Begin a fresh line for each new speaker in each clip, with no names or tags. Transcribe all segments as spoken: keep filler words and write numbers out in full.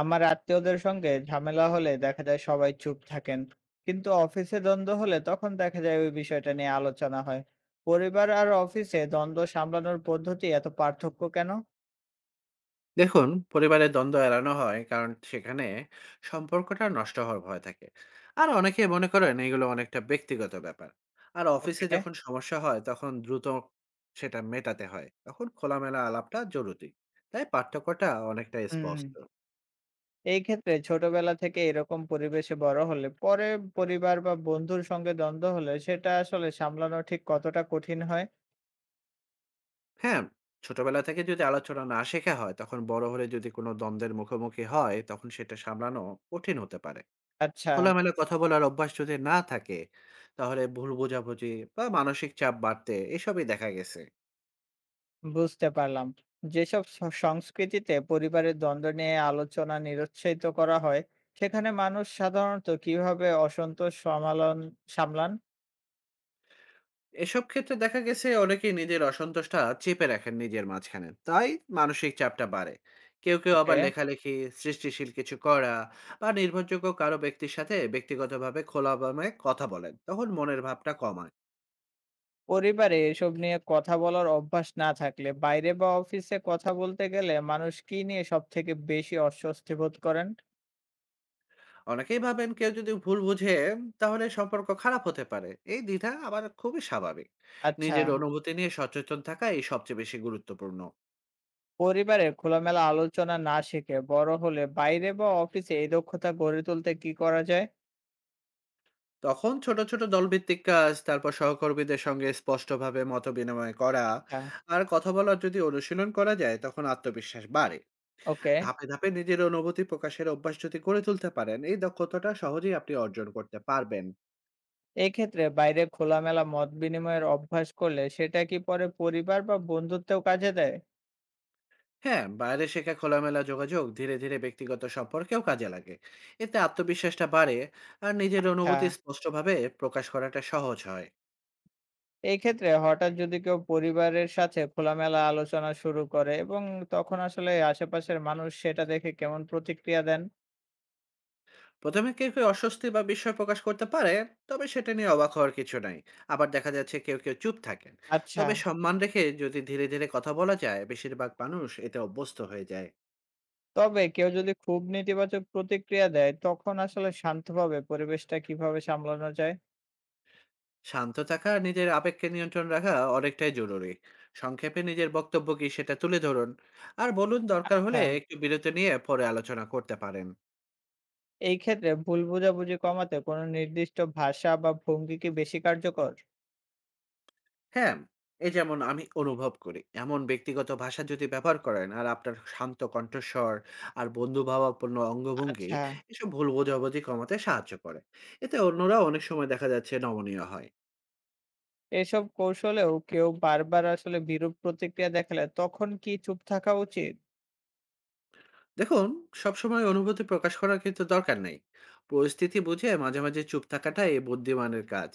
আমার আত্মীয়দের সঙ্গে ঝামেলা হলে দেখা যায় সবাই চুপ থাকেন, কিন্তু অফিসে দ্বন্দ্ব হলে তখন দেখা যায় ওই বিষয়টা নিয়ে আলোচনা হয়। পরিবার আর অফিসে দ্বন্দ্ব সামলানোর পদ্ধতি এত পার্থক্য কেন?
দেখুন পরিবারের দ্বন্দ্ব এড়ানো হয় কারণ সেখানে সম্পর্কটা নষ্ট হওয়ার ভয় থাকে। আর অনেকে মনে করেন এগুলো অনেকটা ব্যক্তিগত ব্যাপার। আর
ওকে।
অফিসে যখন সমস্যা হয় তখন দ্রুত সেটা মেটাতে হয়, তখন খোলামেলা আলাপটা জরুরি। তাই পার্থক্যটা অনেকটা
হুম।
স্পষ্ট।
এই ক্ষেত্রে ছোটবেলা থেকে এরকম পরিবেশে বড় হলে পরে পরিবার বা বন্ধুর সঙ্গে দ্বন্দ্ব হলে সেটা আসলে সামলানো ঠিক কতটা কঠিন হয়?
হ্যাঁ, ছোটবেলা থেকে যদি আলোচনা না শেখা হয় তখন বড় হলে যদি কোনো দ্বন্দ্বের মুখোমুখি হয় তখন সেটা সামলানো কঠিন হতে পারে।
আচ্ছা।
খোলামেলা কথা বলার অভ্যাস যদি না থাকে, তাহলে ভুল বোঝাবুঝি বা মানসিক চাপ বাড়তে এসবই দেখা গেছে।
বুঝতে পারলাম। যেসব স সংস্কৃতিতে পরিবারের দ্বন্দ্ব নিয়ে আলোচনা নিরুৎসাহিত করা হয়, সেখানে মানুষ সাধারণত কিভাবে অসন্তোষ সামালন সামলান?
এসব ক্ষেত্রে দেখা গেছে অনেকেই নিজের অসন্তোষটা চেপে রাখেন নিজের মাঝখানে। তাই মানসিক চাপটা বাড়ে। কেউ, কেউ আবার
ওকে।
লেখালেখি, সৃষ্টিশীল কিছু করা বা নির্ভরযোগ্য কারো ব্যক্তির সাথে ব্যক্তিগতভাবে খোলামেলা কথা বলেন। তখন মনের ভাবটা কমায়।
পরিবারে এসব নিয়ে কথা বলার অভ্যাস না থাকলে বাইরে বা অফিসে কথা বলতে গেলে মানুষ কি নিয়ে সবথেকে বেশি অস্বস্তি বোধ করেন?
অনেকেই ভাবেন কেউ যদি ভুল বুঝে তাহলে সম্পর্ক খারাপ হতে পারে। এই দ্বিধা আবার খুবই স্বাভাবিক।
আচ্ছা।
নিজের অনুভূতি নিয়ে সচেতন থাকা এই সবচেয়ে বেশি গুরুত্বপূর্ণ।
পরিবারে খোলামেলা আলোচনা না শিখে বড় হলে বাইরে বা অফিসে এই দক্ষতা গড়ে তুলতে কি করা যায়?
তখন ছোট ছোট দলভিত্তিক কাজ, তারপর সহকর্মীদের সঙ্গে স্পষ্টভাবে মত বিনিময় করা
আচ্ছা,
আর কথা বলার যদি অনুশীলন করা যায় তখন আত্মবিশ্বাস বাড়ে।
ওকে।
ধাপে ধাপে নিজের অনুভূতি প্রকাশের অভ্যাস যদি গড়ে তুলতে পারেন, এই দক্ষতাটা সহজেই আপনি অর্জন করতে পারবেন।
এক্ষেত্রে বাইরে খোলামেলা মত বিনিময়ের অভ্যাস করলে সেটা কি পরে পরিবার বা বন্ধুত্বেও কাজে দেয়?
হ্যাঁ, বাইরে শেখা খোলামেলা যোগাযোগ ধীরে ধীরে ব্যক্তিগত সম্পর্কেও কাজে লাগে। এতে আত্মবিশ্বাসটা বাড়ে আর নিজের
আচ্ছা।
অনুভূতি স্পষ্টভাবে প্রকাশ করাটা সহজ হয়।
এক্ষেত্রে হঠাৎ যদি কেউ পরিবারের সাথে খোলামেলা আলোচনা শুরু করে এবং তখন আসলে আশেপাশের মানুষ সেটা দেখে কেমন প্রতিক্রিয়া দেন?
প্রথমে কেউ কেউ অস্বস্তি বা বিস্ময় প্রকাশ করতে পারে। তবে সেটা নিয়ে অবাক হওয়ার কিছু নাই। আবার দেখা যাচ্ছে কেউ কেউ চুপ থাকেন।
আচ্ছা।
তবে সম্মান রেখে যদি ধীরে ধীরে কথা বলা যায়, বেশিরভাগ মানুষ এতে অভ্যস্ত হয়ে যায়।
তবে কেউ যদি খুব নেতিবাচক প্রতিক্রিয়া দেয় তখন আসলে শান্তভাবে পরিবেশটা কিভাবে সামলানো যায়?
শান্ত থাকা আর নিজের আবেগকে নিয়ন্ত্রণ রাখা অনেকটাই জরুরি। সংক্ষেপে নিজের বক্তব্য কি সেটা তুলে ধরুন। আর বলুন দরকার
আচ্ছা।
হলে একটু বিরতি নিয়ে পরে আলোচনা করতে পারেন।
এই ক্ষেত্রে ভুল বোঝাবুঝি কমাতে কোনো নির্দিষ্ট ভাষা বা ভঙ্গি কি বেশি কার্যকর?
হ্যাঁ, এই যেমন আমি অনুভব করি এমন ব্যক্তিগত ভাষা যদি ব্যবহার করেন, আর আপনার শান্ত কণ্ঠস্বর আর বন্ধুভাবাপন্ন অঙ্গভঙ্গি
আচ্ছা।
এসব ভুল বোঝাবুঝি কমাতে সাহায্য করে। এতে অন্যরা অনেক সময় দেখা যাচ্ছে নমনীয় হয়।
এসব কৌশলেও কেউ বারবার আসলে বিরূপ প্রতিক্রিয়া দেখালে তখন কি চুপ থাকা উচিত?
দেখুন, সবসময় অনুভূতি প্রকাশ করার কিন্তু দরকার নেই। পরিস্থিতি বুঝে মাঝে মাঝে চুপ থাকাটাই এই বুদ্ধিমানের কাজ।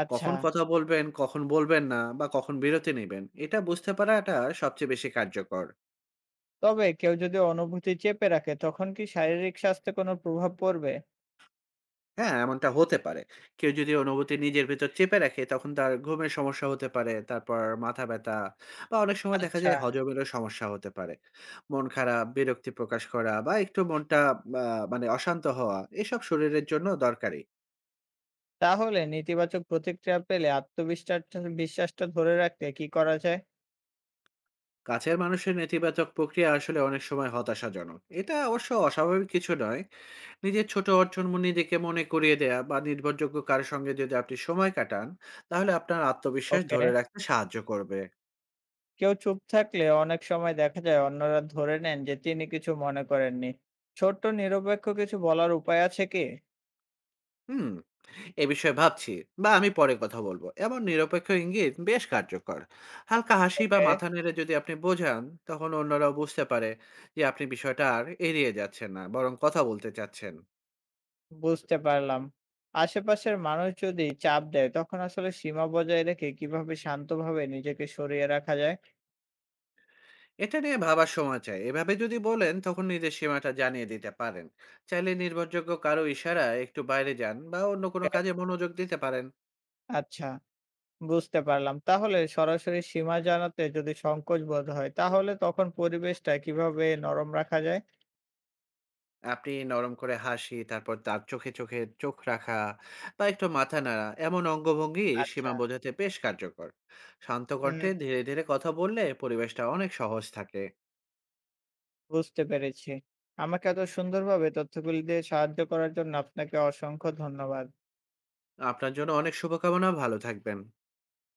আচ্ছা।
কখন কথা বলবেন, কখন বলবেন না, বা কখন বিরতি নেবেন এটা বুঝতে পারাটা সবচেয়ে বেশি কার্যকর।
তবে কেউ যদি অনুভূতি চেপে রাখে তখন কি শারীরিক স্বাস্থ্যে কোনো প্রভাব পড়বে?
হ্যাঁ, এমনটা হতে পারে। কেউ যদি অনুভূতি নিজের ভিতর চেপে রাখে তখন তার ঘুমের সমস্যা হতে পারে, তারপর মাথা ব্যথা বা অনেক সময় দেখা
আচ্ছা।
যায় হজমেরও সমস্যা হতে পারে। মন খারাপ, বিরক্তি প্রকাশ করা বা একটু মনটা আহ, মানে অশান্ত হওয়া এসব শরীরের জন্য দরকারি।
তাহলে নেতিবাচক প্রতিক্রিয়া পেলে আত্মবিশ্বাসটা বিশ্বাসটা ধরে রাখতে কি করা যায়?
কাছের মানুষের নেতিবাচক প্রক্রিয়া আসলে অনেক সময় হতাশাজনক, এটা অবশ্য অস্বাভাবিক কিছু নয়। নিজের ছোট অর্জন মনে- নিজেকে মনে করিয়ে দেয়া বা নির্ভরযোগ্য কারোর সঙ্গে যদি আপনি সময় কাটান, তাহলে আপনার আত্মবিশ্বাস
ওকে।
ধরে রাখতে সাহায্য করবে।
কেউ চুপ থাকলে অনেক সময় দেখা যায় অন্যরা ধরে নেন যে তিনি কিছু মনে করেননি। ছোট্ট নিরপেক্ষ কিছু বলার উপায় আছে কি?
হুম, এ বিষয়ে ভাবছি বা আমি পরে কথা বলবো এমন নিরপেক্ষ ইঙ্গিত বেশ কার্যকর। হালকা হাসি বা
ওকে।
মাথা নেড়ে যদি আপনি বোঝান তখন অন্যরাও বুঝতে পারে যে আপনি বিষয়টা আর এড়িয়ে যাচ্ছেন না, বরং কথা বলতে চাচ্ছেন।
বুঝতে পারলাম। আশেপাশের মানুষ যদি চাপ দেয় তখন আসলে সীমা বজায় রেখে কিভাবে শান্তভাবে নিজেকে সরিয়ে রাখা যায়?
এটা নিয়ে ভাবার সময় চাই এভাবে যদি বলেন, তখন নিজের সীমাটা জানিয়ে দিতে পারেন। চাইলে নির্ভরযোগ্য কারো ইশারা একটু বাইরে যান বা অন্য কোনো কাজে মনোযোগ দিতে পারেন।
আচ্ছা, বুঝতে পারলাম। তাহলে সরাসরি সীমা জানাতে যদি সংকোচ বোধ হয় তাহলে তখন পরিবেশটা কিভাবে নরম রাখা যায়?
আপনি নরম করে হাসি, তারপর তার চোখে চোখে চোখ রাখা বা একটু মাথা নাড়া এমন অঙ্গভঙ্গি
আচ্ছা,
সীমা বোঝাতে বেশ কার্যকর। শান্ত কণ্ঠে
হুম,
ধীরে ধীরে কথা বললে পরিবেশটা অনেক সহজ থাকে।
বুঝতে পেরেছি। আমাকে এত সুন্দরভাবে তথ্যগুলি দিয়ে সাহায্য করার জন্য আপনাকে অসংখ্য ধন্যবাদ।
আপনার জন্য অনেক শুভকামনা, ভালো থাকবেন।